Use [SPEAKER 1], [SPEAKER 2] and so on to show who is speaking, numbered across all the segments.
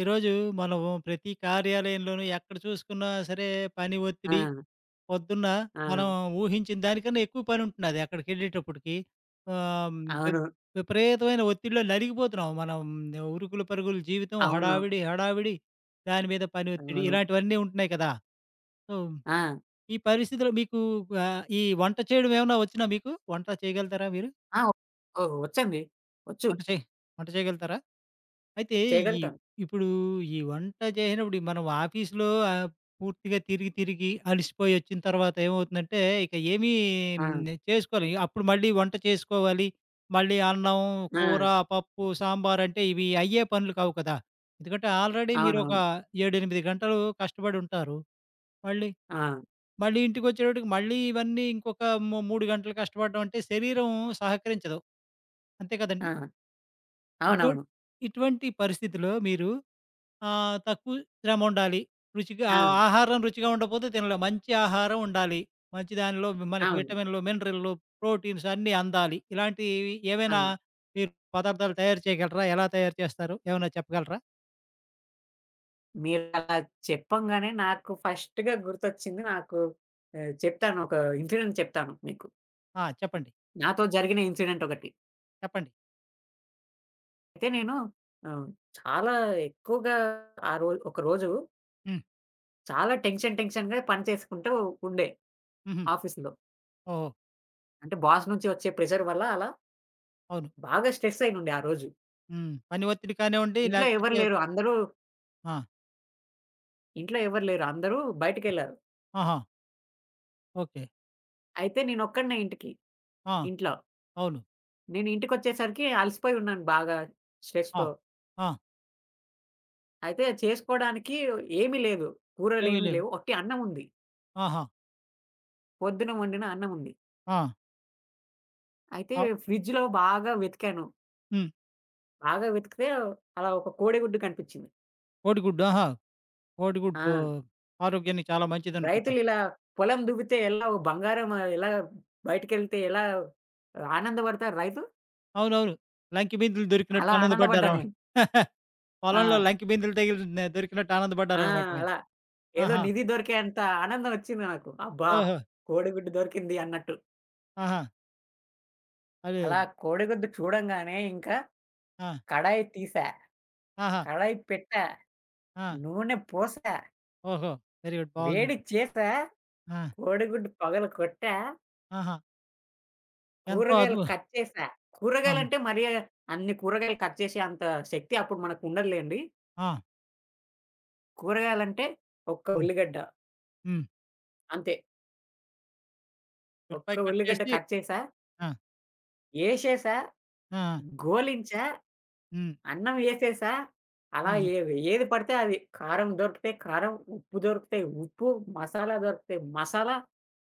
[SPEAKER 1] ఈరోజు మనము ప్రతి కార్యాలయంలోనూ ఎక్కడ చూసుకున్నా సరే పని
[SPEAKER 2] ఆ!
[SPEAKER 1] ఒత్తిడి. పొద్దున్న
[SPEAKER 2] ఆ!
[SPEAKER 1] మనం ఊహించిన దానికన్నా ఎక్కువ పని ఉంటున్నది అక్కడికెళ్ళేటప్పటికి. ఆహ్, హ్మ్,
[SPEAKER 2] అవును.
[SPEAKER 1] విప్ విపరీతమైన ఒత్తిడిలో నలిగిపోతున్నాం. మనం ఉరుకులు పరుగులు జీవితం,
[SPEAKER 2] అవును.
[SPEAKER 1] హడావిడి, హడావిడి. దాని మీద పని ఒత్తిడి
[SPEAKER 2] అవును.
[SPEAKER 1] ఇలాంటివన్నీ ఉంటున్నాయి కదా! సో,
[SPEAKER 2] ఆ!
[SPEAKER 1] ఈ పరిస్థితిలో మీకు ఈ వంట చేయడం ఏమన్నా వచ్చునా మీకు? వంట చేయగలుగుతారా మీరు?
[SPEAKER 2] ఆ! ఓహ్! వచ్చండి. వచ్చు.
[SPEAKER 1] వంట చేయ వంట చేయగలుగుతారా? అయితే ఈ
[SPEAKER 2] చేయగలుగుతాను.
[SPEAKER 1] ఇప్పుడు ఈ వంట చేసినప్పుడు ఈ మనం ఆఫీస్‌లో పూర్తిగా తిరిగి, తిరిగి అలిసిపోయి వచ్చిన తర్వాత ఏమవుతుందంటే, ఇక ఏమీ
[SPEAKER 2] ఆ!
[SPEAKER 1] చేసుకోలేం. అప్పుడు మళ్ళీ వంట చేసుకోవాలి. మళ్ళీ అన్నం,
[SPEAKER 2] ఆ!
[SPEAKER 1] కూర, పప్పు, సాంబార్ అంటే ఇవి అయ్యే పనులు కావు కదా! ఎందుకంటే ఆల్రెడీ అవును. మీరొక
[SPEAKER 2] అవునవును.
[SPEAKER 1] 7, 8 గంటలు కష్టపడి ఉంటారు. మళ్ళీ,
[SPEAKER 2] ఆ!
[SPEAKER 1] మళ్ళీ ఇంటికొచ్చేటప్పటికి మళ్ళీ ఇవన్నీ ఇంకొక 3 గంటలు కష్టపడడం అంటే శరీరం సహకరించదు. అంతే
[SPEAKER 2] ఆ!
[SPEAKER 1] కదండీ! ఇటువ
[SPEAKER 2] అవునవును.
[SPEAKER 1] ఇటువంటి పరిస్థితిలో మీరు తక్కువ శ్రమ ఉండాలి. రుచిగా
[SPEAKER 2] ఆ!
[SPEAKER 1] ఆ ఆహారం రుచిగా ఉండకపోతే తినలేం. మంచి ఆహారం ఉండాలి. మంచి దానిలో మనకి
[SPEAKER 2] అవును.
[SPEAKER 1] విటమిన్‌లు, మినరల్‌లు, ప్రోటీన్స్ అన్నీ అందాలి. ఇలాంటివి
[SPEAKER 2] ఆ!
[SPEAKER 1] ఏవైనా మీరు పదార్థాలు తయారు చేయగలరా? ఎలా తయారు చేస్తారు? ఏమైనా చెప్పగలరా?
[SPEAKER 2] మీరలా చెప్పంగానే నాకు ఫస్ట్‌గా గుర్తొచ్చింది చెప్తాను ఒక ఇన్సిడెంట్ చెప్తాను మీకు.
[SPEAKER 1] ఆ! చెప్పండి.
[SPEAKER 2] నాతో జరిగిన ఇన్సిడెంట్ ఒకటి.
[SPEAKER 1] చెప్పండి.
[SPEAKER 2] అయితే నేను ఆహ్, చాలా ఎక్కువగా ఆ రోజు ఒకరోజు
[SPEAKER 1] హ్మ్.
[SPEAKER 2] చాలా టెన్షన్‌గా పని చేసుకుంటూ ఉండే
[SPEAKER 1] హుహు.
[SPEAKER 2] ఆఫీస్‌లో.
[SPEAKER 1] ఓహో!
[SPEAKER 2] అంటే బాస్ నుంచి వచ్చే ప్రెషర్ వల్ల అలా
[SPEAKER 1] అవును.
[SPEAKER 2] బాగా స్ట్రెస్ అయినుండే ఆ రోజు.
[SPEAKER 1] హ్మ్. పని ఒత్తిడి కానివ్వండి
[SPEAKER 2] ఇంట్లో ఎవరు
[SPEAKER 1] లేకపోతే
[SPEAKER 2] లేరు. అందరూ
[SPEAKER 1] ఆ!
[SPEAKER 2] ఇంట్లో ఎవరు లేరు. అందరూ బయటికెళ్లారు.
[SPEAKER 1] ఆహా! ఓకే.
[SPEAKER 2] అయితే నేనొక్కడినే
[SPEAKER 1] ఆ!
[SPEAKER 2] ఇంట్లో.
[SPEAKER 1] అవును.
[SPEAKER 2] నేను ఇంటికొచ్చేసరికి అలసిపోయి ఉన్నాను బాగా
[SPEAKER 1] ఆ!
[SPEAKER 2] స్ట్రెస్‌తో.
[SPEAKER 1] ఆ!
[SPEAKER 2] అయితే చేసుకోడానికి ఏమీ లేదు.
[SPEAKER 1] ఏవి
[SPEAKER 2] కూరలేమీ
[SPEAKER 1] లేవు.
[SPEAKER 2] లేవు. ఒట్టి అన్నం ఉంది.
[SPEAKER 1] ఆహా!
[SPEAKER 2] పొద్దున వండిన అన్నం ఉంది.
[SPEAKER 1] ఆ!
[SPEAKER 2] అయితే
[SPEAKER 1] ఆ!
[SPEAKER 2] ఫ్రిడ్జ్‌లో బాగా వెతికాను.
[SPEAKER 1] హ్మ్.
[SPEAKER 2] బాగా వెతికితే అలా ఒక కోడిగుడ్డు కనిపించింది.
[SPEAKER 1] కోడిగుడ్డు. ఆహా!
[SPEAKER 2] ఆ!
[SPEAKER 1] కోడిగుడ్డు ఆరోగ్యానికి చాలా మంచిదనుకుంటాను.
[SPEAKER 2] రైతులిలా పొలం దువ్వితే ఎలా బంగారం ఎలా బయటికెళ్తే ఎలా ఆనందపడతారు రైతు?
[SPEAKER 1] అవునవును. లంకి బిందులు దొరికినట్టు
[SPEAKER 2] అలా ఆనందపడ్డా
[SPEAKER 1] ఆనందపడ్డారా?
[SPEAKER 2] నేను.
[SPEAKER 1] పొలంలో
[SPEAKER 2] ఆ!
[SPEAKER 1] లంకి బిందులు తగిలి న దొరికినట్టు
[SPEAKER 2] ఆ!
[SPEAKER 1] ఆనందపడ్డారనమాట మీరు.
[SPEAKER 2] అలా. ఏదో
[SPEAKER 1] ఆహా!
[SPEAKER 2] నిధి దొరికేంత ఆనందం వచ్చింది నాకు. అబ్బా!
[SPEAKER 1] ఓహో!
[SPEAKER 2] కోడిగుడ్డు దొరికింది అన్నట్టు.
[SPEAKER 1] ఆహా! అదే.
[SPEAKER 2] అలా కోడిగుడ్డు చూడంగానే ఇంకా
[SPEAKER 1] ఆ!
[SPEAKER 2] కడాయి తీసా,
[SPEAKER 1] ఆహా!
[SPEAKER 2] కడాయి పెట్టా,
[SPEAKER 1] ఆ!
[SPEAKER 2] నూనె పోసా,
[SPEAKER 1] ఓహో! Very good.
[SPEAKER 2] వేడి
[SPEAKER 1] బావుందండి.
[SPEAKER 2] చేసా,
[SPEAKER 1] ఆ!
[SPEAKER 2] కోడిగుడ్డు పగలు కొట్టా,
[SPEAKER 1] ఆహా! ఎంతో
[SPEAKER 2] కూరగాయలు కట్ చేసా.
[SPEAKER 1] ఆహా!
[SPEAKER 2] కూరగాయలంటే మరి అన్ని కూరగాయలు కట్ చేసే అంత శక్తి అప్పుడు మనకు ఉండదులేండి.
[SPEAKER 1] ఆ!
[SPEAKER 2] కూరగాయలంటే ఒక్క
[SPEAKER 1] హ్మ్.
[SPEAKER 2] ఉల్లిగడ్డ
[SPEAKER 1] హ్మ్.
[SPEAKER 2] అంతే.
[SPEAKER 1] ఉల్లిపాయ
[SPEAKER 2] ఒక్క
[SPEAKER 1] కట్
[SPEAKER 2] ఉల్లిగడ్డ
[SPEAKER 1] చేసి
[SPEAKER 2] కట్ చేసా,
[SPEAKER 1] ఆ!
[SPEAKER 2] ఏసేసా
[SPEAKER 1] ఆ!
[SPEAKER 2] గోలించా,
[SPEAKER 1] హ్మ్.
[SPEAKER 2] అన్నం ఏసేసా, అలా
[SPEAKER 1] హుహు.
[SPEAKER 2] ఏ ఏది పడితే అది. కారం దొరికితే కారం, ఉప్పు దొరికితే ఉప్పు, మసాలా దొరికితే మసాలా,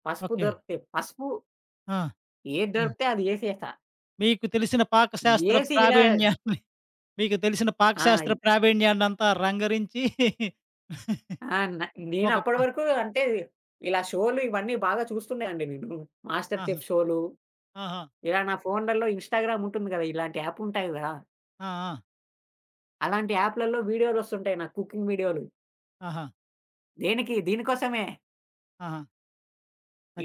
[SPEAKER 2] పసుపు
[SPEAKER 1] ఓకే.
[SPEAKER 2] దొరికితే పసుపు,
[SPEAKER 1] ఆ!
[SPEAKER 2] ఏది
[SPEAKER 1] మీ
[SPEAKER 2] దొరికితే అది ఏసేసా.
[SPEAKER 1] మీకు తెలిసిన పాకశాస్త్ర
[SPEAKER 2] ఏసి ఇలా
[SPEAKER 1] ప్రావీణ్యాన్ని మీకు తెలిసిన
[SPEAKER 2] ఆ!
[SPEAKER 1] పాకశాస్త్ర ప్రావీణ్యాన్నంతా రంగరించి
[SPEAKER 2] ఆ!
[SPEAKER 1] ఒక ప
[SPEAKER 2] నేనప్పటి వరకు అంటే ఇలా షోలు ఇవన్నీ బాగా చూస్తుండేనండి నేను. మాస్టర్
[SPEAKER 1] ఆహా!
[SPEAKER 2] చెఫ్ షోలు,
[SPEAKER 1] ఆహా!
[SPEAKER 2] ఇలా నా ఫోన్‌లలో ఇన్‌స్టాగ్రామ్ ఉంటుంది కదా! ఇలాంటి యాప్ ఉంటాయి కదా!
[SPEAKER 1] ఆ! ఆ!
[SPEAKER 2] అలాంటి యాప్‌లలో వీడియోలొస్తుంటాయి నాకు కుకింగ్ వీడియోలు.
[SPEAKER 1] ఆహా!
[SPEAKER 2] దేనికి దీనికోసమే.
[SPEAKER 1] ఆహా!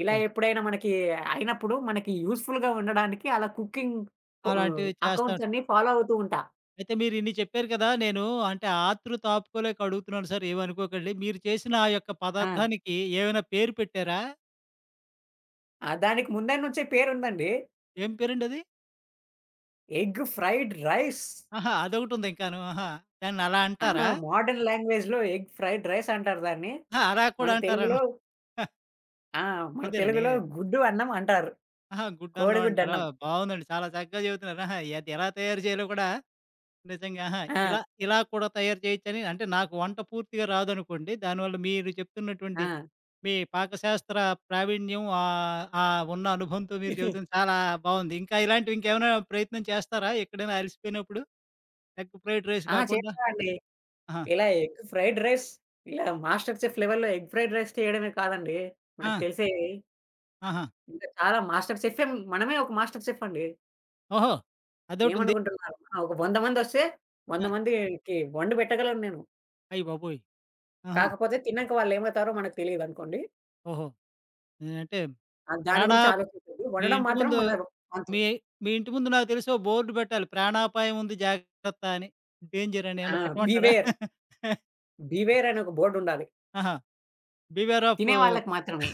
[SPEAKER 2] ఇలా ఎప్పుడైనా మనకి అయినప్పుడు మనకి యూజ్‌ఫుల్‌గా ఉండడానికి అలా కుకింగ్ పొ హ్మ్.
[SPEAKER 1] అలాంటివి చేస్తా
[SPEAKER 2] అకౌంట్స్
[SPEAKER 1] ఉంటారు.
[SPEAKER 2] అన్నీ ఫాలో అవుతూ ఉంటా.
[SPEAKER 1] అయితే మీరిన్ని చెప్పారు కదా! నేను అంటే ఆతృత ఆపుకోలేక అడుగుతున్నాను సార్ ఏమనుకోకండి. మీరు చేసిన ఆ యొక్క
[SPEAKER 2] ఆ!
[SPEAKER 1] పదార్థానికి ఏమైనా పేరు పెట్టారా?
[SPEAKER 2] ఆ! దానికి ముందల నుంచే పేరుందండి.
[SPEAKER 1] ఏం పేరండది?
[SPEAKER 2] Egg fried rice.
[SPEAKER 1] ఆహా! అదొకటుంది ఇంకాను. ఆహా! దాన్నలా
[SPEAKER 2] ఆ!
[SPEAKER 1] అంటారా?
[SPEAKER 2] మోడర్న్ లాంగ్వేజ్‌లో ఎగ్ ఫ్రైడ్ రైస్ అంటారు దాన్ని.
[SPEAKER 1] ఆహా! అలా
[SPEAKER 2] మన
[SPEAKER 1] కూడా అంటారను
[SPEAKER 2] తెలుగులో ఆ! మన
[SPEAKER 1] అదేనండి.
[SPEAKER 2] తెలుగులో గుడ్డు అన్నం అంటారు.
[SPEAKER 1] ఆహా! గుడ్డన్నం
[SPEAKER 2] కోడిగుడ్డు
[SPEAKER 1] అంటారా?
[SPEAKER 2] అన్నం.
[SPEAKER 1] బావుందండి. చాలా చక్కగా చెబుతున్నారు. ఆహా! అది ఎలా తయారు చేయాలో కూడా నిజంగా. ఆహా!
[SPEAKER 2] ఆ!
[SPEAKER 1] ఇలా ఇలా కూడా తయారు చేయొచ్చని అంటే నాకు వంట పూర్తిగా రాదనుకోండి. దానివల్ల మీరు చెప్తున్నటువంటి
[SPEAKER 2] ఆ!
[SPEAKER 1] మీ పాకశాస్త్ర ప్రావీణ్యం ఆహ్, ఆహ్, ఉన్న అనుభవంతో మీరు చెబుతుంది చాలా బావుంది. ఇంకా ఇలాంటివి ఇంకేమైనా ప్రయత్నం చేస్తారా? ఎక్కడైనా అలిసిపోయినప్పుడు ఎగ్ ఫ్రైడ్ రైస్
[SPEAKER 2] ఆ!
[SPEAKER 1] కాకుండా?
[SPEAKER 2] చేస్తానండి.
[SPEAKER 1] ఆహా!
[SPEAKER 2] ఇలా ఎగ్ ఫ్రైడ్ రైస్ ఇలా మాస్టర్ చెఫ్ లెవెల్‌లో ఎగ్ ఫ్రైడ్ రైస్ చేయడమే కాదండి.
[SPEAKER 1] ఆ!
[SPEAKER 2] మనకు తెలిసేవి
[SPEAKER 1] ఆహా!
[SPEAKER 2] ఇంకా చాలా మాస్టర్ చెఫే మనమే ఒక మాస్టర్ చెఫ్ అండి.
[SPEAKER 1] ఓహో! అదోటుంది.
[SPEAKER 2] ఏమనుకుంటున్నారు? ఆ! ఒక 100 మందొస్తే 100
[SPEAKER 1] ఆ!
[SPEAKER 2] మందికి వండి పెట్టగలను నేను.
[SPEAKER 1] అయ్య బాబోయ్! ఆహా!
[SPEAKER 2] కాకపోతే తిన్నాక వాళ్ళేమవుతారో మనకు తెలీదనుకోండి.
[SPEAKER 1] ఓహో! అంటే
[SPEAKER 2] దాని
[SPEAKER 1] ప్రాణా
[SPEAKER 2] గురించి ఆలోచించొద్దు.
[SPEAKER 1] మీ
[SPEAKER 2] వండడం
[SPEAKER 1] ఇంటి
[SPEAKER 2] మాత్రం
[SPEAKER 1] ముందు
[SPEAKER 2] మన అంతే.
[SPEAKER 1] మీ మీ ఇంటి ముందు నాకు తెలిసి ఓ బోర్డ్ పెట్టాలి. ప్రాణాపాయం ఉంది జాగ్రత్త అని. డేంజర్ అని
[SPEAKER 2] ఆ!
[SPEAKER 1] ఏమన్నా పెట్టమంటారా?
[SPEAKER 2] బివేర్, బివేర్ అని ఒక బోర్డుండాలి.
[SPEAKER 1] ఆహా! బివేర్ ఆఫ్
[SPEAKER 2] తినే వాళ్ళకి మాత్రమే.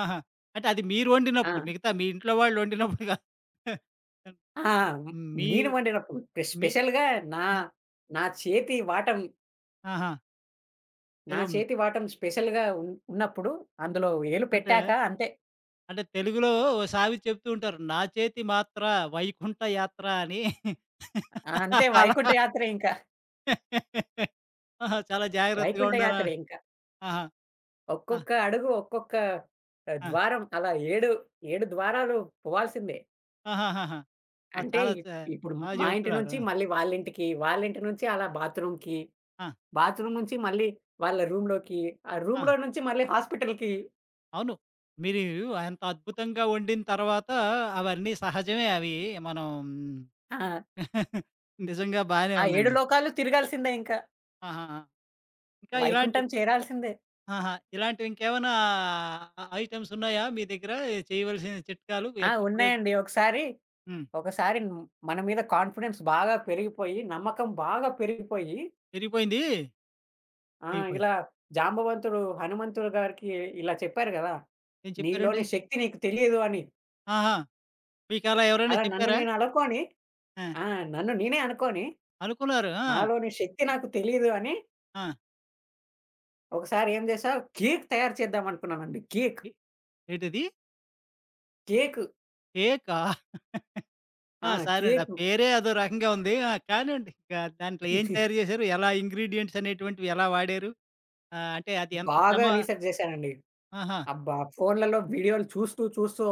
[SPEAKER 1] ఆహా! అంటే అది మీరు
[SPEAKER 2] ఆ!
[SPEAKER 1] వండినప్పుడు. మిగతా మీ ఇంట్లో వాళ్ళు వండినప్పుడు కాదు.
[SPEAKER 2] ఆ!
[SPEAKER 1] అంటే మీ
[SPEAKER 2] నేను వండినప్పుడు
[SPEAKER 1] మీ
[SPEAKER 2] స్పెషల్‌గా నా
[SPEAKER 1] ఆ!
[SPEAKER 2] నా చేతి వాటం,
[SPEAKER 1] ఆహా!
[SPEAKER 2] నా
[SPEAKER 1] ఏదో
[SPEAKER 2] చేతి వాటం స్పెషల్‌గా ఉన్నప్పుడు అందులో వేలు
[SPEAKER 1] అంటే
[SPEAKER 2] పెట్టాక అంతే.
[SPEAKER 1] అంటే తెలుగులో ఓ సామెత చెప్తూ ఉంటారు. "నా చేతి మాత్ర వైకుంఠ యాత్ర" అని.
[SPEAKER 2] ఆ, అంతే
[SPEAKER 1] అలా
[SPEAKER 2] వైకుంఠ యాత్రే ఇంకా.
[SPEAKER 1] ఆహా! చాలా జాగ్రత్తగా
[SPEAKER 2] వైకుంఠ
[SPEAKER 1] ఉండాలా?
[SPEAKER 2] యాత్రే ఇంక.
[SPEAKER 1] ఆహా! ఆ!
[SPEAKER 2] ఒక్కొక్క అడుగు, ఒక్కొక్క
[SPEAKER 1] ఆ!
[SPEAKER 2] ద్వారం అలా 7 ద్వారాలు పోవాల్సిందే.
[SPEAKER 1] ఆహాహాహా! ఆ!
[SPEAKER 2] అంటే
[SPEAKER 1] చాలా
[SPEAKER 2] ఇ-
[SPEAKER 1] చ
[SPEAKER 2] ఇప్పుడు
[SPEAKER 1] బా
[SPEAKER 2] మా ఇంటి
[SPEAKER 1] చెప్తున్నారు.
[SPEAKER 2] నుంచి మళ్ళీ వాళ్ళింటికి, వాళ్ళింటి నుంచి అలా బాత్రూమ్‌కి,
[SPEAKER 1] ఆ!
[SPEAKER 2] బాత్రూమ్ నుంచి మళ్ళీ వాళ్ళ రూమ్‌లోకి, ఆ
[SPEAKER 1] ఆ!
[SPEAKER 2] రూమ్‌లో నుంచి మళ్ళీ హాస్పిటల్‌కి.
[SPEAKER 1] అవును. మీరు అంత అద్భుతంగా వండిన తర్వాత అవన్నీ సహజమే అవి మనం
[SPEAKER 2] ఆ!
[SPEAKER 1] నిజంగా బానే
[SPEAKER 2] ఆ 7
[SPEAKER 1] ఉందండి.
[SPEAKER 2] లోకాలు తిరగాల్సిందే ఇంకా.
[SPEAKER 1] ఆహాహా! ఇంకా ఇలాంటి
[SPEAKER 2] వైకుంఠం చేరాల్సిందే.
[SPEAKER 1] ఆహా! ఇలాంటివి ఇంకేమైనా ఐటెమ్స్ ఉన్నాయా మీ దగ్గర చేయవలసిన చిట్కాలు?
[SPEAKER 2] ఆ!
[SPEAKER 1] ఎగ్ ఫ్రైడ్
[SPEAKER 2] ఉన్నాయండి.
[SPEAKER 1] హ్మ్.
[SPEAKER 2] ఒకసారి మన మీద కాన్ఫిడెన్స్ బాగా పెరిగిపోయి, నమ్మకం బాగా పెరిగిపోయి,
[SPEAKER 1] విరిగిపోయింది.
[SPEAKER 2] ఆ!
[SPEAKER 1] అయిపోయింది.
[SPEAKER 2] ఇలా జాంబవంతుడు హనుమంతుడు గారికి ఇలా చెప్పారు గదా!
[SPEAKER 1] ఏం చెప్పారండి?
[SPEAKER 2] నీలోని శక్తి నీకు తెలియదు అని.
[SPEAKER 1] ఆహా! మీకలా ఎవరైనా
[SPEAKER 2] అలా నన్ను
[SPEAKER 1] చెప్పారా?
[SPEAKER 2] నేను అనుకోని
[SPEAKER 1] ఆ!
[SPEAKER 2] ఆ! నన్ను నేనే అనుకోని,
[SPEAKER 1] అనుకున్నారు. ఆ!
[SPEAKER 2] నాలోని శక్తి నాకు తెలీదు అని
[SPEAKER 1] ఆ!
[SPEAKER 2] ఒకసారి ఏం చేశా, కేక్ తయారు చేద్దాం అనుకున్నానండి. కేక్.
[SPEAKER 1] ఎ ఏంటది
[SPEAKER 2] కేక్.
[SPEAKER 1] కేకా? ఆ!
[SPEAKER 2] ఆ!
[SPEAKER 1] సరేనండి. ఆ
[SPEAKER 2] కేకు.
[SPEAKER 1] పేరే అదో రకంగా ఉంది. ఆ! కానివ్వండి. ఇక దాంట్లో ఏం తయారు చేశారు? ఎలా ఇంగ్రీడియెంట్స్ అనేటువంటివి ఎలా వాడారు? అంటే అది ఎంత
[SPEAKER 2] బాగా
[SPEAKER 1] శ్రమ
[SPEAKER 2] రీసెర్చ్ చేశానండి.
[SPEAKER 1] ఆహా!
[SPEAKER 2] అబ్బా! ఫోన్‌లలో వీడియోలు చూస్తూ, చూస్తూ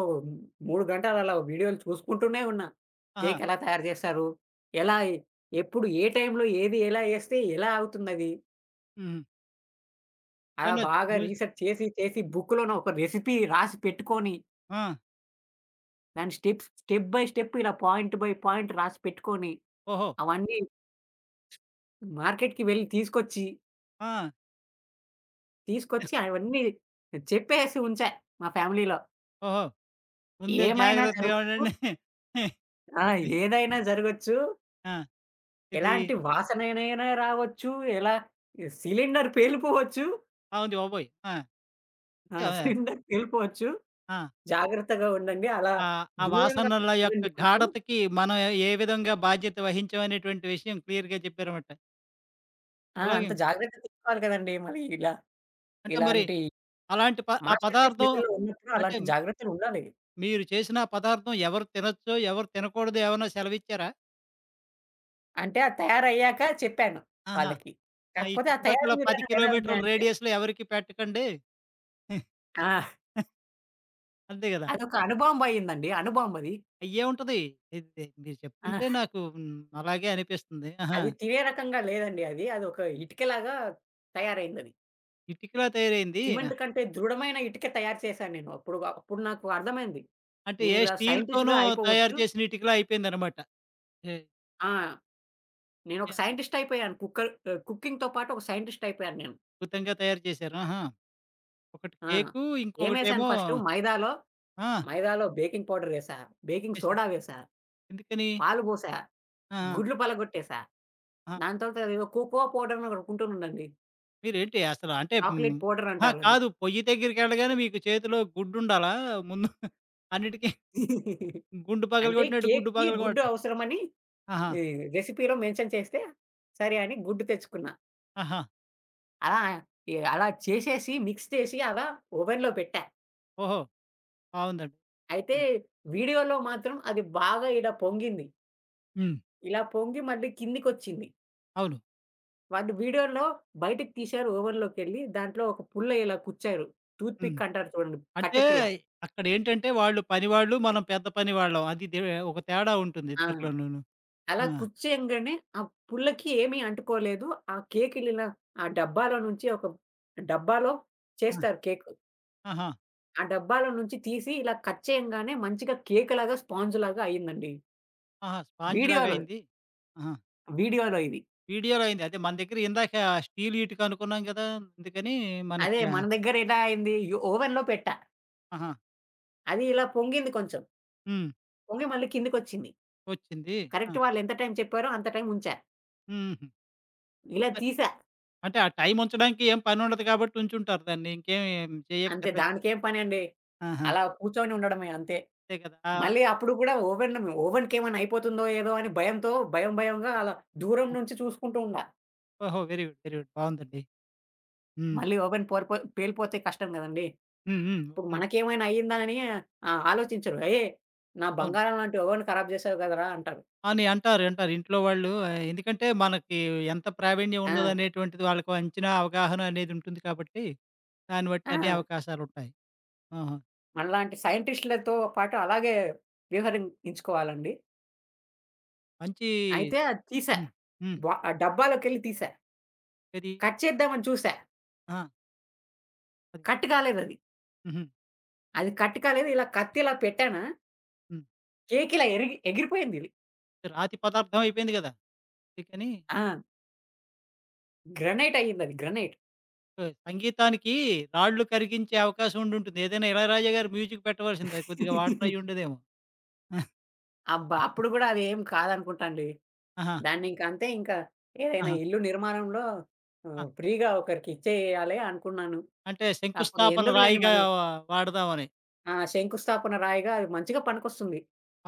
[SPEAKER 2] 3 గంటలు అలా వీడియోలు చూసుకుంటూనే ఉన్నా.
[SPEAKER 1] ఆహా!
[SPEAKER 2] కేక్ ఎలా తయారు చేస్తారు? ఎలా? ఎప్పుడు? ఏ టైంలో ఏది ఎలా ఏస్తే ఎలా అవుతుందది?
[SPEAKER 1] హుహు.
[SPEAKER 2] అలా
[SPEAKER 1] నేను
[SPEAKER 2] బాగా
[SPEAKER 1] చూసి
[SPEAKER 2] చేసి బుక్‌లోన ఒక రెసిపీ రాసి పెట్టుకొని
[SPEAKER 1] ఆ!
[SPEAKER 2] దాని స్టెప్స్ స్టెప్ బై స్టెప్ ఇలా పాయింట్ బై పాయింట్ రాసి పెట్టుకొని,
[SPEAKER 1] ఓహో!
[SPEAKER 2] అవన్నీ మార్కెట్‌కి వెళ్లి తీసుకొచ్చి,
[SPEAKER 1] ఆ!
[SPEAKER 2] తీసుకొచ్చి అవన్నీ చెప్పేసి ఉంచా మా ఫ్యామిలీలో.
[SPEAKER 1] ఓహో! ముందే
[SPEAKER 2] ఏమైనా
[SPEAKER 1] జాగ్రత్తగా
[SPEAKER 2] జరగొచ్చు.
[SPEAKER 1] ఉండండి.
[SPEAKER 2] ఆ! ఏదైనా జరగొచ్చు.
[SPEAKER 1] ఆ! ఇది
[SPEAKER 2] ఎలాంటి వాసననైనా రావచ్చు. ఎలా సిలిండర్ పేలిపోవచ్చు.
[SPEAKER 1] అవును బాబోయ్! ఆ!
[SPEAKER 2] ఆ!
[SPEAKER 1] అంటే ఆ!
[SPEAKER 2] సిలిండర్ పేలిపోవచ్చు. జాగ్రత్తగా ఉండండి. అలా
[SPEAKER 1] ఆ
[SPEAKER 2] దూరంగా
[SPEAKER 1] వాసనల
[SPEAKER 2] ఉండండి
[SPEAKER 1] యొక్క
[SPEAKER 2] కొంచెం.
[SPEAKER 1] గాఢతకి మనం ఏ విధంగా బాధ్యత వహించాం అనేటువంటి విషయం క్లియర్‌గా చెప్పారన్నమాట.
[SPEAKER 2] ఆ!
[SPEAKER 1] అలాగే
[SPEAKER 2] అంత జాగ్రత్త తీసుకోవాలి కదండీ! మరి ఇలా
[SPEAKER 1] అంటే మరి
[SPEAKER 2] ఇలాంటి
[SPEAKER 1] అలాంటి ఆ
[SPEAKER 2] మాస్టర్ చెఫ్
[SPEAKER 1] పదార్థం
[SPEAKER 2] లెవెల్‌లో ఉన్నప్పుడు
[SPEAKER 1] అంటే
[SPEAKER 2] అలాంటి జాగ్రత్తలు ఉండాలి.
[SPEAKER 1] మీరు చేసిన పదార్థం ఎవరు తినొచ్చో, ఎవరు తినకూడదో ఏమన్నా సెలవిచ్చారా?
[SPEAKER 2] అంటే అది తయారయ్యాక చెప్పాను
[SPEAKER 1] ఆహా!
[SPEAKER 2] వాళ్ళకి.
[SPEAKER 1] ఆ! ఈ
[SPEAKER 2] కాకపోతే ఆ తయారీ
[SPEAKER 1] చుట్టుపక్కల 10
[SPEAKER 2] విధానం ఎలా
[SPEAKER 1] కిలోమీటర్ల
[SPEAKER 2] ఉందంటే
[SPEAKER 1] రేడియస్‌లో ఎవరికీ పెట్టకండి.
[SPEAKER 2] ఆ!
[SPEAKER 1] అంతే గదా!
[SPEAKER 2] అదొక అణుబాంబ్ అయిందండి. అణుబాంబ్ అది.
[SPEAKER 1] ఏముంటది? ఇది మీరు
[SPEAKER 2] ఆ!
[SPEAKER 1] చెప్తుంటే నాకు అలాగే అనిపిస్తుంది. ఆహా!
[SPEAKER 2] అది తినే రకంగా లేదండి అది. అదొక ఇటుకలాగా తయారైందది.
[SPEAKER 1] ఇటికలా తయారైంది.
[SPEAKER 2] సిమెంట్ కంటే దృఢమైన ఇటుక తయారు చేశాను నేను. అప్పుడు అప్పుడు నాకు అర్థమైంది.
[SPEAKER 1] అంటే
[SPEAKER 2] నేను
[SPEAKER 1] ఏ
[SPEAKER 2] ఇలా సైంటిస్ట్‌గా
[SPEAKER 1] స్టీల్‌తోనో
[SPEAKER 2] అయిపోవచ్చు.
[SPEAKER 1] తయారు చేసిన ఇటికలా అయిపోయిందనమాట. ఏ
[SPEAKER 2] ఆ! నేనొక
[SPEAKER 1] ఏ
[SPEAKER 2] సైంటిస్ట్ అయిపోయాను. కుకింగ్‌తో పాటు ఒక సైంటిస్ట్ అయిపోయాను నేను.
[SPEAKER 1] అద్భుతంగా తయారు చేశారు. ఆహా! ఒకటి
[SPEAKER 2] ఆ!
[SPEAKER 1] కేకు,
[SPEAKER 2] ఏమేసాను
[SPEAKER 1] ఇంకొకటేమో
[SPEAKER 2] ఫస్టు మైదాలో,
[SPEAKER 1] ఆ!
[SPEAKER 2] మైదాలో బేకింగ్ పౌడర్ ఏసా, బేకింగ్
[SPEAKER 1] చేశారు.
[SPEAKER 2] సోడా వేసా,
[SPEAKER 1] ఎందుకని?
[SPEAKER 2] పాలు పోసా.
[SPEAKER 1] ఆహా!
[SPEAKER 2] గుడ్లు పలగొట్టేసా.
[SPEAKER 1] ఆ!
[SPEAKER 2] దాని తర్వాత అదేదో కోకోవ పౌడర్ అని ఒకటి ఉంటుందండి.
[SPEAKER 1] మీరేంటి అసలు అంటే హ్మ్.
[SPEAKER 2] చాక్లేట్ పౌడర్
[SPEAKER 1] అహా!
[SPEAKER 2] అంటారది.
[SPEAKER 1] కాదు పొయ్యి దగ్గరికెళ్ళగానే మీకు చేతిలో గుడ్డుండాలా? ముందు అన్నిటికి గుండు
[SPEAKER 2] అంటే
[SPEAKER 1] పగలగొట్టినట్టు గుడ్డు
[SPEAKER 2] కేక్‌కి గుడ్డు
[SPEAKER 1] పగలగొట్టడం.
[SPEAKER 2] అవసరమని
[SPEAKER 1] ఆహా!
[SPEAKER 2] ఈ రెసిపీలో మెన్షన్ చేస్తే, సరే అని గుడ్డు తెచ్చుకున్నా.
[SPEAKER 1] ఆహా!
[SPEAKER 2] అలా అలా చేసేసి మిక్స్ చేసి అలా ఓవెన్‌లో పెట్టా.
[SPEAKER 1] ఓహో! బావుందండి.
[SPEAKER 2] అయితే
[SPEAKER 1] ఆ!
[SPEAKER 2] వీడియోలో మాత్రం అది బాగా ఇలా పొంగింది.
[SPEAKER 1] హ్మ్.
[SPEAKER 2] ఇలా పొంగి మళ్ళీ కిందికొచ్చింది.
[SPEAKER 1] అవును.
[SPEAKER 2] వాళ్ళు వీడియోలో బయటికి తీశారు ఓవెన్‌లోకెళ్ళి. దాంట్లో ఒక పుల్ల ఇలా కుచ్చారు. టూత్
[SPEAKER 1] హ్మ్.
[SPEAKER 2] పిక్ అంటారు చూడండి.
[SPEAKER 1] అంటే
[SPEAKER 2] కట్టెపుల్ల.
[SPEAKER 1] అక్కడేంటంటే వాళ్ళు పనివాళ్ళు, మనం పెద్ద పనివాళ్ళం. అది దే ఒక తేడా ఉంటుంది
[SPEAKER 2] ఆ!
[SPEAKER 1] ఇద్దరిలోనూను.
[SPEAKER 2] అలా
[SPEAKER 1] ఆ!
[SPEAKER 2] కుచ్చేయంగానే ఆ పుల్లకి ఏమీ అంటుకోలేదు. ఆ కేకిలిలా ఆ డబ్బాలో నుంచి ఒక డబ్బాలో
[SPEAKER 1] ఆ!
[SPEAKER 2] చేస్తారు కేకు.
[SPEAKER 1] ఆహా!
[SPEAKER 2] ఆ డబ్బాలో నుంచి తీసి ఇలా కట్ చేయంగానే మంచిగా కేకులాగా, స్పాంజ్‌లాగా అయిందండి.
[SPEAKER 1] ఆహా! స్పాంజ్‌లాగా
[SPEAKER 2] వీడియోలో,
[SPEAKER 1] అయింది. ఆహా!
[SPEAKER 2] వీడియోలో ఇది.
[SPEAKER 1] వీడియోలో అయింది. అదే మన దగ్గర ఇందాక స్టీల్ ఇటుక అనుకున్నాం కదా! అందుకని
[SPEAKER 2] అదే
[SPEAKER 1] మనకి
[SPEAKER 2] మన దగ్గర ఎలా అయింది? ఓవెన్‌లో పెట్టా.
[SPEAKER 1] ఆహా!
[SPEAKER 2] అది ఇలా పొంగింది కొంచెం.
[SPEAKER 1] హ్మ్.
[SPEAKER 2] పొంగి మళ్ళీ కిందకొచ్చింది.
[SPEAKER 1] వచ్చింది. ఆ!
[SPEAKER 2] కరెక్ట్ వాళ్ళు ఎంత టైం చెప్పారో అంత టైం ఉంచా.
[SPEAKER 1] హుహు.
[SPEAKER 2] ఇలా
[SPEAKER 1] అ
[SPEAKER 2] తీసా.
[SPEAKER 1] అంటే ఆ టైమ్ ఉంచడానికి ఏం పనుండదు కాబట్టి ఉంచుంటారు దాన్ని. ఇంకేం
[SPEAKER 2] అంతే
[SPEAKER 1] చేయక్కర్లేదు కదా!
[SPEAKER 2] దానికేం పనండి.
[SPEAKER 1] ఆహా!
[SPEAKER 2] అలా కూర్చొని ఉండడమే అంతే.
[SPEAKER 1] అంతే కదా!
[SPEAKER 2] మళ్ళీ అప్పుడు గూడా ఓవెన్‌కేమైనా అయిపోతుందో ఏదో అని భయం భయంగా అలా దూరం నుంచి చూసుకుంటూ ఉన్నా.
[SPEAKER 1] ఓహో! Very good. Very good. బావుందండి. హ్మ్.
[SPEAKER 2] మళ్ళీ ఓవెన్ పేలిపోతే కష్టం గదండీ!
[SPEAKER 1] హ్మ్. హ్మ్.
[SPEAKER 2] ఇప్పుడు
[SPEAKER 1] హ్మ్.
[SPEAKER 2] మనకేమైనా అయిందా అని ఆలోచించరు. "ఏయ్! నా
[SPEAKER 1] అవును.
[SPEAKER 2] బంగారం లాంటి ఓవెన్ ఖరాబ్ జేశావు గదరా!" అంటారు.
[SPEAKER 1] అని అంటారు. అంటారు. ఇంట్లో వాళ్ళు ఎందుకంటే మనకి ఎంత ప్రావీణ్యం
[SPEAKER 2] ఆ!
[SPEAKER 1] ఉన్నదనేటువంటిది వాళ్ళకి అంచనా, అవగాహన అనేది ఉంటుంది కాబట్టి దాన్ని బట్టి
[SPEAKER 2] ఆ!
[SPEAKER 1] అన్ని అవకాశాలుంటాయి. ఆహా!
[SPEAKER 2] మనలాంటి సైంటిస్ట్‌లతో పాటు అలాగే వ్యవహరించుకోవాలండి.
[SPEAKER 1] మంచి
[SPEAKER 2] అయితే అది తీసా.
[SPEAKER 1] హ్మ్. హ్మ్.
[SPEAKER 2] ఆ డబ్బాలోకెళ్ళి తీసా.
[SPEAKER 1] ఏది?
[SPEAKER 2] కట్ చేద్దామని చూసా.
[SPEAKER 1] ఆ! అది.
[SPEAKER 2] కట్ కాలేదది. అది
[SPEAKER 1] హుహు.
[SPEAKER 2] అది కట్ కాలేదు. ఇలా కత్తి ఇలా పెట్టానా
[SPEAKER 1] హ్మ్.
[SPEAKER 2] కేక్ ఇలా ఎరిగి ఎగిరిపోయిందిది.
[SPEAKER 1] రాతి పదార్థం అయిపోయింది గదా! అందుకని
[SPEAKER 2] ఆ! గ్రానైట్ అయిందది. గ్రానైట్.
[SPEAKER 1] సో, సంగీతానికి రాళ్ళు కరిగించే అవకాశం ఉండుంటుంది. ఏదైనా 'ఇళయరాజా' గారి మ్యూజిక్ పెట్టవలసింది. అది కొద్దిగా వాటర్ అయ్యి ఉండేదేమో. ఆ!
[SPEAKER 2] అబ్బా! అప్పుడు గూడా అదేం కాదనుకుంటాండి.
[SPEAKER 1] ఆహా!
[SPEAKER 2] దాన్నింక అంతే ఇంకా ఏదైనా
[SPEAKER 1] ఆహా!
[SPEAKER 2] ఇల్లు నిర్మాణంలో
[SPEAKER 1] ఆ!
[SPEAKER 2] ఫ్రీగా ఒకరికిచ్చేయాలి అనుకున్నాను.
[SPEAKER 1] అంటే
[SPEAKER 2] కాకపోతే
[SPEAKER 1] శంకుస్థాపన
[SPEAKER 2] ఎందుకులేండి
[SPEAKER 1] రాయిగా
[SPEAKER 2] మళ్ళీ
[SPEAKER 1] వా- వాడదామని.
[SPEAKER 2] ఆ! శంకుస్థాపన రాయిగా అది మంచిగా పనికొస్తుంది.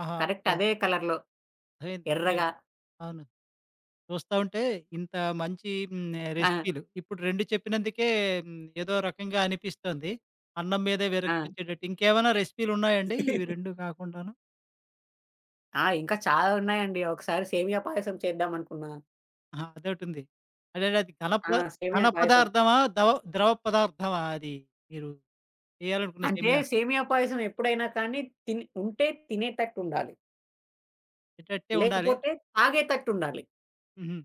[SPEAKER 1] ఆహా!
[SPEAKER 2] Correct
[SPEAKER 1] yeah!
[SPEAKER 2] అదే కలర్‌లో
[SPEAKER 1] అర్థమైంది.
[SPEAKER 2] ఎర్రగా.
[SPEAKER 1] అర్థమైంది. అవును. చూస్తా ఉంటే ఇంత మంచి
[SPEAKER 2] ఆ!
[SPEAKER 1] రెసిపీలు. ఇప్పుడు 2 చెప్పినందుకే ఏదో రకంగా అనిపిస్తోంది. అన్నం మీదే
[SPEAKER 2] ఆ!
[SPEAKER 1] విరక్తొచ్చేటట్టు. ఇంకేమైనా రెసిపీలు ఉన్నాయండి? ఇవి 2 కాకుండాను.
[SPEAKER 2] ఆ! ఇంకా చాలా ఉన్నాయండి. ఒకసారి సేమియా పాయసం చేద్దామనుకున్నా.
[SPEAKER 1] ఆహా! అదోటుంది. అదేలే అది
[SPEAKER 2] ఆ! సేమియా
[SPEAKER 1] ఘన
[SPEAKER 2] పాయసం.
[SPEAKER 1] పదార్థమా? ద్రవ పదార్థమా అది మీరు చేయాలనుకున్న
[SPEAKER 2] అంటే
[SPEAKER 1] సేమియా
[SPEAKER 2] సేమియా పాయసం ఎప్పుడైనా కానీ ఉంటే తినేటట్టుండాలి.
[SPEAKER 1] ఎట్టట్టే ఉండాలి.
[SPEAKER 2] లేకపోతే తాగేటట్టుండాలి.
[SPEAKER 1] హుహు.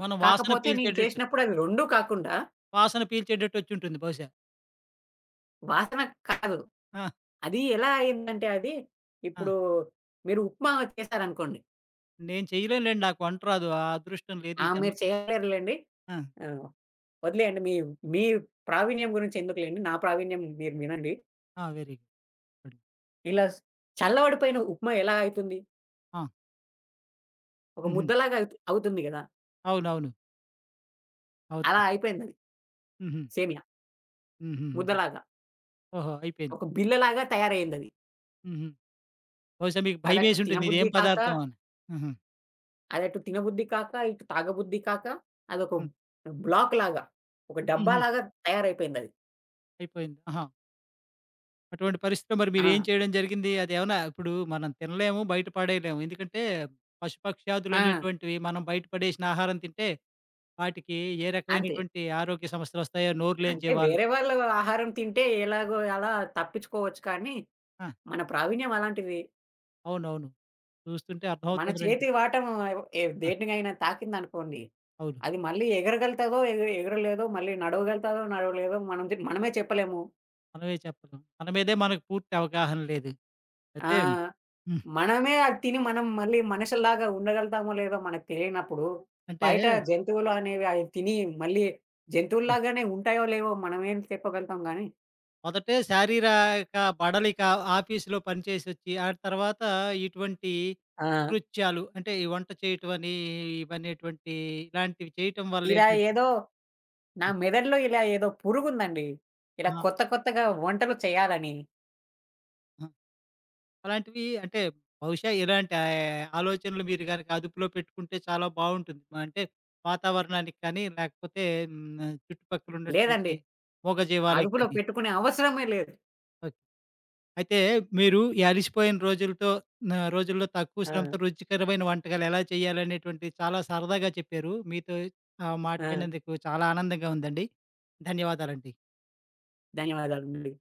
[SPEAKER 1] మనం వాసన
[SPEAKER 2] కాకపోతే నేను
[SPEAKER 1] పీల్చేటట్టు,
[SPEAKER 2] చేసినప్పుడు అది 2 కాకుండా
[SPEAKER 1] వాసన పీల్చేటట్టు వచ్చుంటుంది బహుశా.
[SPEAKER 2] వాసన కాదు.
[SPEAKER 1] ఆ!
[SPEAKER 2] అది ఎలా అయిందంటే అది,
[SPEAKER 1] ఆ!
[SPEAKER 2] ఇప్పుడు మీరు ఉప్మా చేశారనుకోండి.
[SPEAKER 1] నేను చేయలేనులెండి. నాకు వంట రాదు. ఆ అదృష్టం లేదు
[SPEAKER 2] ఆ!
[SPEAKER 1] ఈ
[SPEAKER 2] మీరు
[SPEAKER 1] జన్మకి.
[SPEAKER 2] చేయలేరులెండి.
[SPEAKER 1] ఆ!
[SPEAKER 2] ఆహ్, వదిలేయండి. మీ మీ ప్రావీణ్యం గురించి ఎందుకులెండి. నా ప్రావీణ్యం మీరు వినండి.
[SPEAKER 1] ఆ! Very good.
[SPEAKER 2] ఇలా స్ చల్లబడిపోయిన ఉప్మా ఎలా అయితుంది?
[SPEAKER 1] ఆ!
[SPEAKER 2] ఒక
[SPEAKER 1] హుహు.
[SPEAKER 2] ముద్దలాగా అవుతుంది గదా!
[SPEAKER 1] అవునవును.
[SPEAKER 2] అలా
[SPEAKER 1] అవుతుంది.
[SPEAKER 2] అయిపోయిందది
[SPEAKER 1] హుహు.
[SPEAKER 2] సేమియా.
[SPEAKER 1] హుహుహుహు.
[SPEAKER 2] ముద్దలాగా.
[SPEAKER 1] ఓహో! అయిపోయింది.
[SPEAKER 2] ఒక బిల్లలాగా తయారయిందది.
[SPEAKER 1] హుహు. బహుశా మీకు
[SPEAKER 2] అదటు
[SPEAKER 1] భయమేసుంటుంది.
[SPEAKER 2] తినబుద్ధి
[SPEAKER 1] ఇదేం
[SPEAKER 2] కాక
[SPEAKER 1] పదార్థం అని. హుహు.
[SPEAKER 2] అదటు తినబుద్ధి కాక, ఇటు తాగబుద్ధి కాక, అదొక
[SPEAKER 1] హ్మ్.
[SPEAKER 2] బ్లాక్‌లాగా, ఒక
[SPEAKER 1] హుహు.
[SPEAKER 2] డబ్బాలాగా తయారైపోయిందది.
[SPEAKER 1] అయిపోయింది. ఆహా! అటువంటి పరిస్థితిలో మరి
[SPEAKER 2] ఆ!
[SPEAKER 1] మీరేం చేయడం జరిగింది? అదేమన్నా ఇప్పుడు మనం తినలేము, బయట పడేయలేము. ఎందుకంటే
[SPEAKER 2] ఆ!
[SPEAKER 1] పశుపక్ష్యాదులనేటువంటివి మనం బయట పడేసిన ఆహారం తింటే వాటికి ఏ
[SPEAKER 2] అంతే.
[SPEAKER 1] రకమైనటువంటి ఆరోగ్య సమస్యలొస్తాయో నోరు లేంచే
[SPEAKER 2] అంటే
[SPEAKER 1] వాళ్ళకి.
[SPEAKER 2] వేరే వాళ్ళ ఆహారం తింటే ఎలాగో అలా తప్పించుకోవచ్చు కానీ,
[SPEAKER 1] ఆ!
[SPEAKER 2] మన ప్రావీణ్యం అలాంటిది.
[SPEAKER 1] అవునవును. చూస్తుంటే
[SPEAKER 2] మన
[SPEAKER 1] అర్థమవుతుందిలెండి.
[SPEAKER 2] చేతి వాటం ఏ
[SPEAKER 1] ఆ!
[SPEAKER 2] దేనినైనా తాకిందనుకోండి,
[SPEAKER 1] అవును.
[SPEAKER 2] అది మళ్ళీ ఎగరగలుగుతదో, ఎగరలేదో, మళ్ళీ నడవగలుగుతదో, నడవలేదో మనం తి మనమే చెప్పలేము.
[SPEAKER 1] మనమే చెప్పలేం. మన మీదే మనకు పూర్తి అవగాహన లేదు.
[SPEAKER 2] ఆ!
[SPEAKER 1] అయితే హ్మ్.
[SPEAKER 2] మనమే అది తిని మనం మళ్ళీ మనిషిలాగా ఉండగలుగుతామో లేదో మనకు తెలియనప్పుడు,
[SPEAKER 1] అంటే
[SPEAKER 2] బయట జంతువులు అనేవి అవి తిని మళ్ళీ జంతువుల్లాగానే ఉంటాయో లేవో మనమేం చెప్పగలుగుతాం గానీ,
[SPEAKER 1] మొదటే శారీరక బడలిక ఆఫీసులో పనిచేసొచ్చి, ఆ తర్వాత ఇటువంటి
[SPEAKER 2] ఆ!
[SPEAKER 1] అకృత్యాలు అంటే ఈ వంట చేయటమని, ఇవనేటువంటి ఇలాంటివి చేయటం
[SPEAKER 2] ఇలా
[SPEAKER 1] వల్లేంటంటే
[SPEAKER 2] ఏదో నా మెదడులో ఇలా ఏదో పురుగుందండి. ఇలా
[SPEAKER 1] ఆ!
[SPEAKER 2] కొత్త కొత్తగా వంటలు చేయాలని.
[SPEAKER 1] ఆ! అలాంటివి అంటే బహుశా ఇలాంటి ఆలోచనలు మీరు గనక అదుపులో పెట్టుకుంటే చాలా బావుంటుంది. అంటే వాతావరణానికి కానీ, లేకపోతే హ్మ్. చుట్టుపక్కల
[SPEAKER 2] లేదండి.
[SPEAKER 1] ఉన్నటువంటి మూగజీవాలకి
[SPEAKER 2] అదుపులో
[SPEAKER 1] కానీ.
[SPEAKER 2] పెట్టుకునే అవసరమే లేదు.
[SPEAKER 1] ఓకే. అయితే మీరు ఈ అలిసిపోయిన రోజులతో రోజుల్లో తక్కువ
[SPEAKER 2] ఆ!
[SPEAKER 1] శ్రమతో రుచికరమైన వంటకాలు ఎలా చేయాలనేటువంటివి చాలా సరదాగా చెప్పారు. మీతో
[SPEAKER 2] ఆ!
[SPEAKER 1] మాట్లాడినందుకు చాలా ఆనందంగా ఉందండి. ధన్యవాదాలండి.
[SPEAKER 2] ధన్యవాదాలండి.